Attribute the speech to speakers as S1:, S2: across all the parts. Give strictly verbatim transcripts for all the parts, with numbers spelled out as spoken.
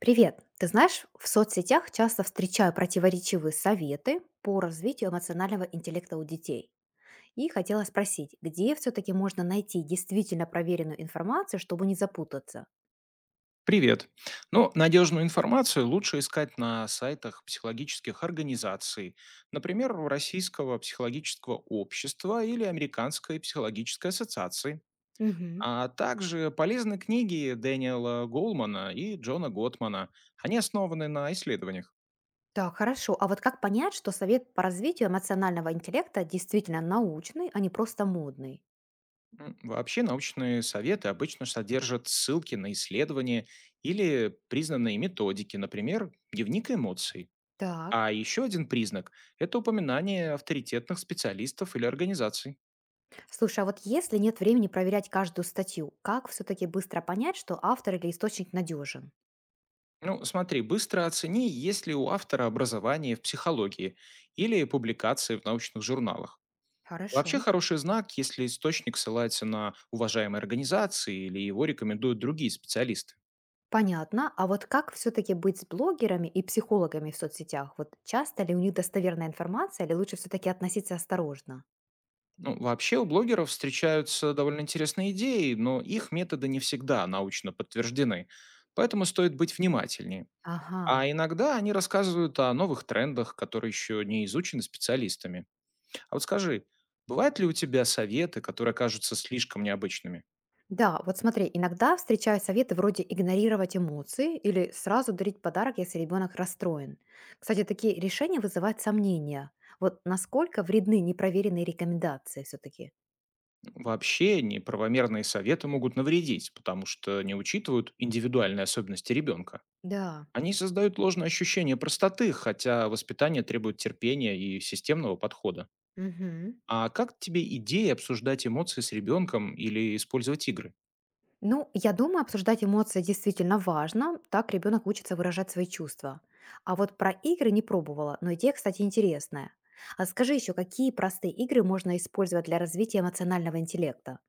S1: Привет! Ты знаешь, в соцсетях часто встречаю противоречивые советы по развитию эмоционального интеллекта у детей. И хотела спросить, где все-таки можно найти действительно проверенную информацию, чтобы не запутаться?
S2: Привет. Ну, Надежную информацию лучше искать на сайтах психологических организаций, например, Российского психологического общества или Американской психологической ассоциации,
S1: Мгм.
S2: а также полезны книги Дэниела Голмана и Джона Готмана. Они основаны на исследованиях.
S1: Так, хорошо. А вот как понять, что совет по развитию эмоционального интеллекта действительно научный, а не просто модный?
S2: М, Вообще научные советы обычно содержат ссылки на исследования или признанные методики, например, дневник эмоций.
S1: Так.
S2: А еще один признак — это упоминание авторитетных специалистов или организаций.
S1: Слушай, а вот если нет времени проверять каждую статью, как все-таки быстро понять, что автор или источник надежен?
S2: Ну, смотри, быстро оцени, есть ли у автора образование в психологии или публикации в научных журналах.
S1: Хорошо.
S2: Вообще хороший знак, если источник ссылается на уважаемые организации или его рекомендуют другие специалисты.
S1: Понятно. А вот как все-таки быть с блогерами и психологами в соцсетях? Вот часто ли у них достоверная информация, или лучше все-таки относиться осторожно?
S2: Ну, вообще у блогеров встречаются довольно интересные идеи, но их методы не всегда научно подтверждены, поэтому стоит быть внимательнее.
S1: Ага.
S2: А иногда они рассказывают о новых трендах, которые еще не изучены специалистами. А вот скажи, бывают ли у тебя советы, которые кажутся слишком необычными?
S1: Да, вот смотри, иногда встречаю советы вроде игнорировать эмоции или сразу дарить подарок, если ребенок расстроен. Кстати, такие решения вызывают сомнения. Вот насколько вредны непроверенные рекомендации все-таки?
S2: Вообще неправомерные советы могут навредить, потому что не учитывают индивидуальные особенности ребенка.
S1: Да.
S2: Они создают ложное ощущение простоты, хотя воспитание требует терпения и системного подхода.
S1: Мгм.
S2: А как тебе идея обсуждать эмоции с ребенком или использовать игры?
S1: Ну, я думаю, обсуждать эмоции действительно важно, так ребенок учится выражать свои чувства. А вот про игры не пробовала, но идея, кстати, интересная. А скажи еще, какие простые игры можно использовать для развития эмоционального интеллекта?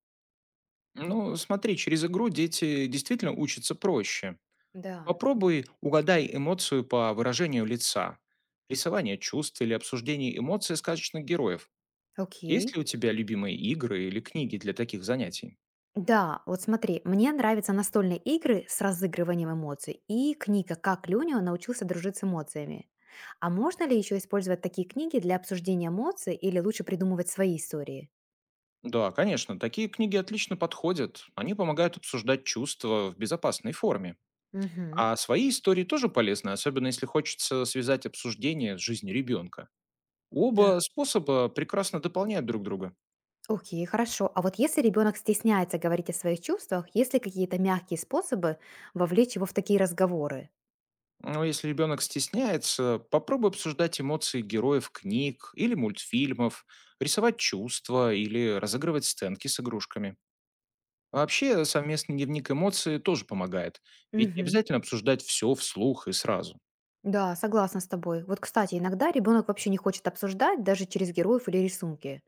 S2: Ну, смотри, через игру дети действительно учатся проще.
S1: Да,
S2: Попробуй угадай эмоцию по выражению лица, рисование чувств или обсуждение эмоций сказочных героев. Есть
S1: окей.
S2: ли у тебя любимые игры или книги для таких занятий?
S1: Да, вот смотри, мне нравятся настольные игры с разыгрыванием эмоций и книга «Как Люнио научился дружить с эмоциями». А можно ли еще использовать такие книги для обсуждения эмоций или лучше придумывать свои истории?
S2: Да, конечно, такие книги отлично подходят. Они помогают обсуждать чувства в безопасной форме.
S1: Угу,
S2: А свои истории тоже полезны, особенно если хочется связать обсуждение с жизнью ребенка.
S1: да.
S2: Оба способа прекрасно дополняют друг друга.
S1: Окей, хорошо. А вот если ребенок стесняется говорить о своих чувствах, есть ли какие-то мягкие способы вовлечь его в такие разговоры?
S2: Но если ребенок стесняется, попробуй обсуждать эмоции героев книг или мультфильмов, рисовать чувства или разыгрывать сценки с игрушками. Вообще, совместный дневник эмоций тоже помогает, ведь не
S1: Мгм.
S2: обязательно обсуждать все вслух и сразу.
S1: Да, согласна с тобой. Вот, кстати, иногда ребенок вообще не хочет обсуждать даже через героев или рисунки.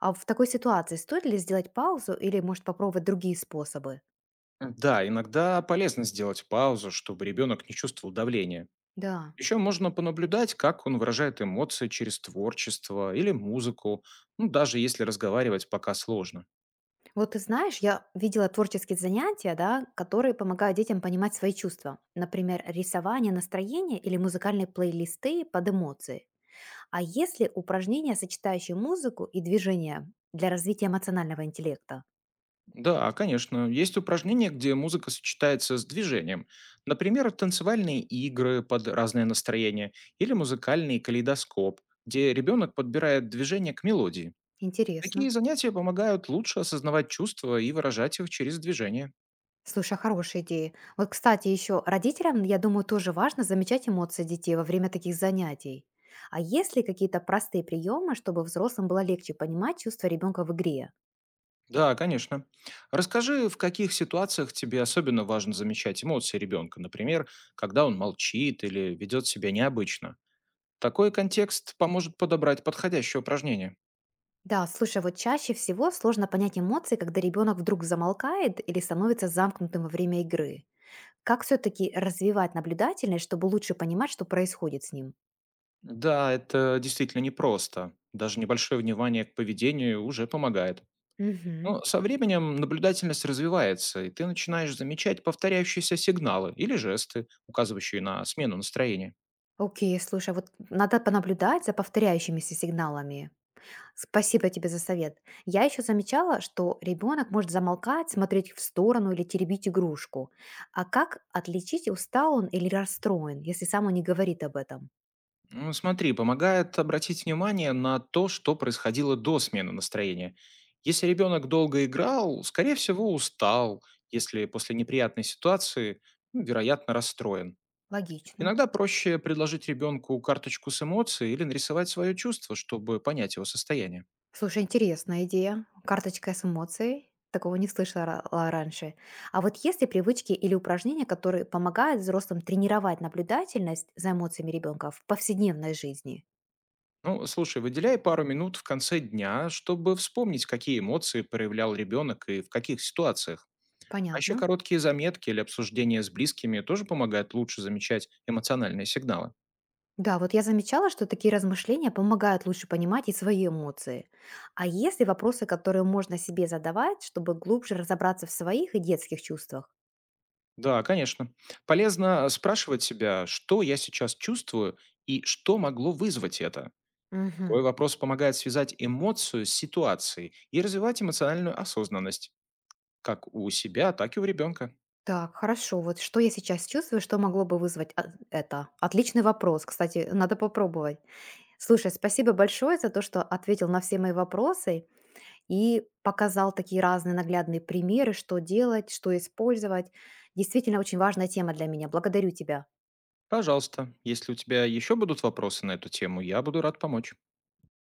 S1: А в такой ситуации стоит ли сделать паузу или, может, попробовать другие способы?
S2: Да, иногда полезно сделать паузу, чтобы ребенок не чувствовал давления.
S1: Да.
S2: Еще можно понаблюдать, как он выражает эмоции через творчество или музыку, ну, даже если разговаривать пока сложно.
S1: Вот ты знаешь, я видела творческие занятия, да, которые помогают детям понимать свои чувства. Например, рисование настроения или музыкальные плейлисты под эмоции. А есть ли упражнения, сочетающие музыку и движение для развития эмоционального интеллекта?
S2: Да, конечно. Есть упражнения, где музыка сочетается с движением. Например, танцевальные игры под разное настроение или музыкальный калейдоскоп, где ребенок подбирает движение к мелодии. Такие
S1: Интересно.
S2: занятия помогают лучше осознавать чувства и выражать их через движение.
S1: Слушай, а хорошая идея. Вот, кстати, еще родителям, я думаю, тоже важно замечать эмоции детей во время таких занятий. А есть ли какие-то простые приемы, чтобы взрослым было легче понимать чувства ребенка в игре?
S2: Да, конечно. Расскажи, в каких ситуациях тебе особенно важно замечать эмоции ребенка, например, когда он молчит или ведет себя необычно. Такой контекст поможет подобрать подходящее упражнение.
S1: Да, слушай, вот чаще всего сложно понять эмоции, когда ребенок вдруг замолкает или становится замкнутым во время игры. Как все-таки развивать наблюдательность, чтобы лучше понимать, что происходит с ним?
S2: Да, это действительно непросто. Даже небольшое внимание к поведению уже помогает.
S1: Мгм.
S2: Но со временем наблюдательность развивается, и ты начинаешь замечать повторяющиеся сигналы или жесты, указывающие на смену настроения.
S1: Окей, слушай, вот надо понаблюдать за повторяющимися сигналами. Спасибо тебе за совет. Я еще замечала, что ребенок может замолкать, смотреть в сторону или теребить игрушку. А как отличить, устал он или расстроен, если сам он не говорит об этом?
S2: Ну, смотри, помогает обратить внимание на то, что происходило до смены настроения. Если ребенок долго играл, скорее всего, устал. Если после неприятной ситуации, ну, вероятно, расстроен.
S1: Логично.
S2: Иногда проще предложить ребенку карточку с эмоцией или нарисовать свое чувство, чтобы понять его состояние.
S1: Слушай, интересная идея. Карточка с эмоцией. Такого не слышала ра- ла- раньше. А вот есть ли привычки или упражнения, которые помогают взрослым тренировать наблюдательность за эмоциями ребенка в повседневной жизни?
S2: Ну, слушай, выделяй пару минут в конце дня, чтобы вспомнить, какие эмоции проявлял ребенок и в каких ситуациях. А еще
S1: Понятно.
S2: короткие заметки или обсуждения с близкими тоже помогают лучше замечать эмоциональные сигналы.
S1: Да, вот я замечала, что такие размышления помогают лучше понимать и свои эмоции. А есть ли вопросы, которые можно себе задавать, чтобы глубже разобраться в своих и детских чувствах?
S2: Да, конечно. Полезно спрашивать себя, что я сейчас чувствую и что могло вызвать это. Такой
S1: Мгм.
S2: вопрос помогает связать эмоцию с ситуацией и развивать эмоциональную осознанность. Как у себя, так и у ребенка.
S1: Так, хорошо. Вот что я сейчас чувствую, что могло бы вызвать а- это? Отличный вопрос, кстати, надо попробовать. Слушай, спасибо большое за то, что ответил на все мои вопросы и показал такие разные наглядные примеры, что делать, что использовать. Действительно очень важная тема для меня. Благодарю тебя.
S2: Пожалуйста, если у тебя еще будут вопросы на эту тему, я буду рад помочь.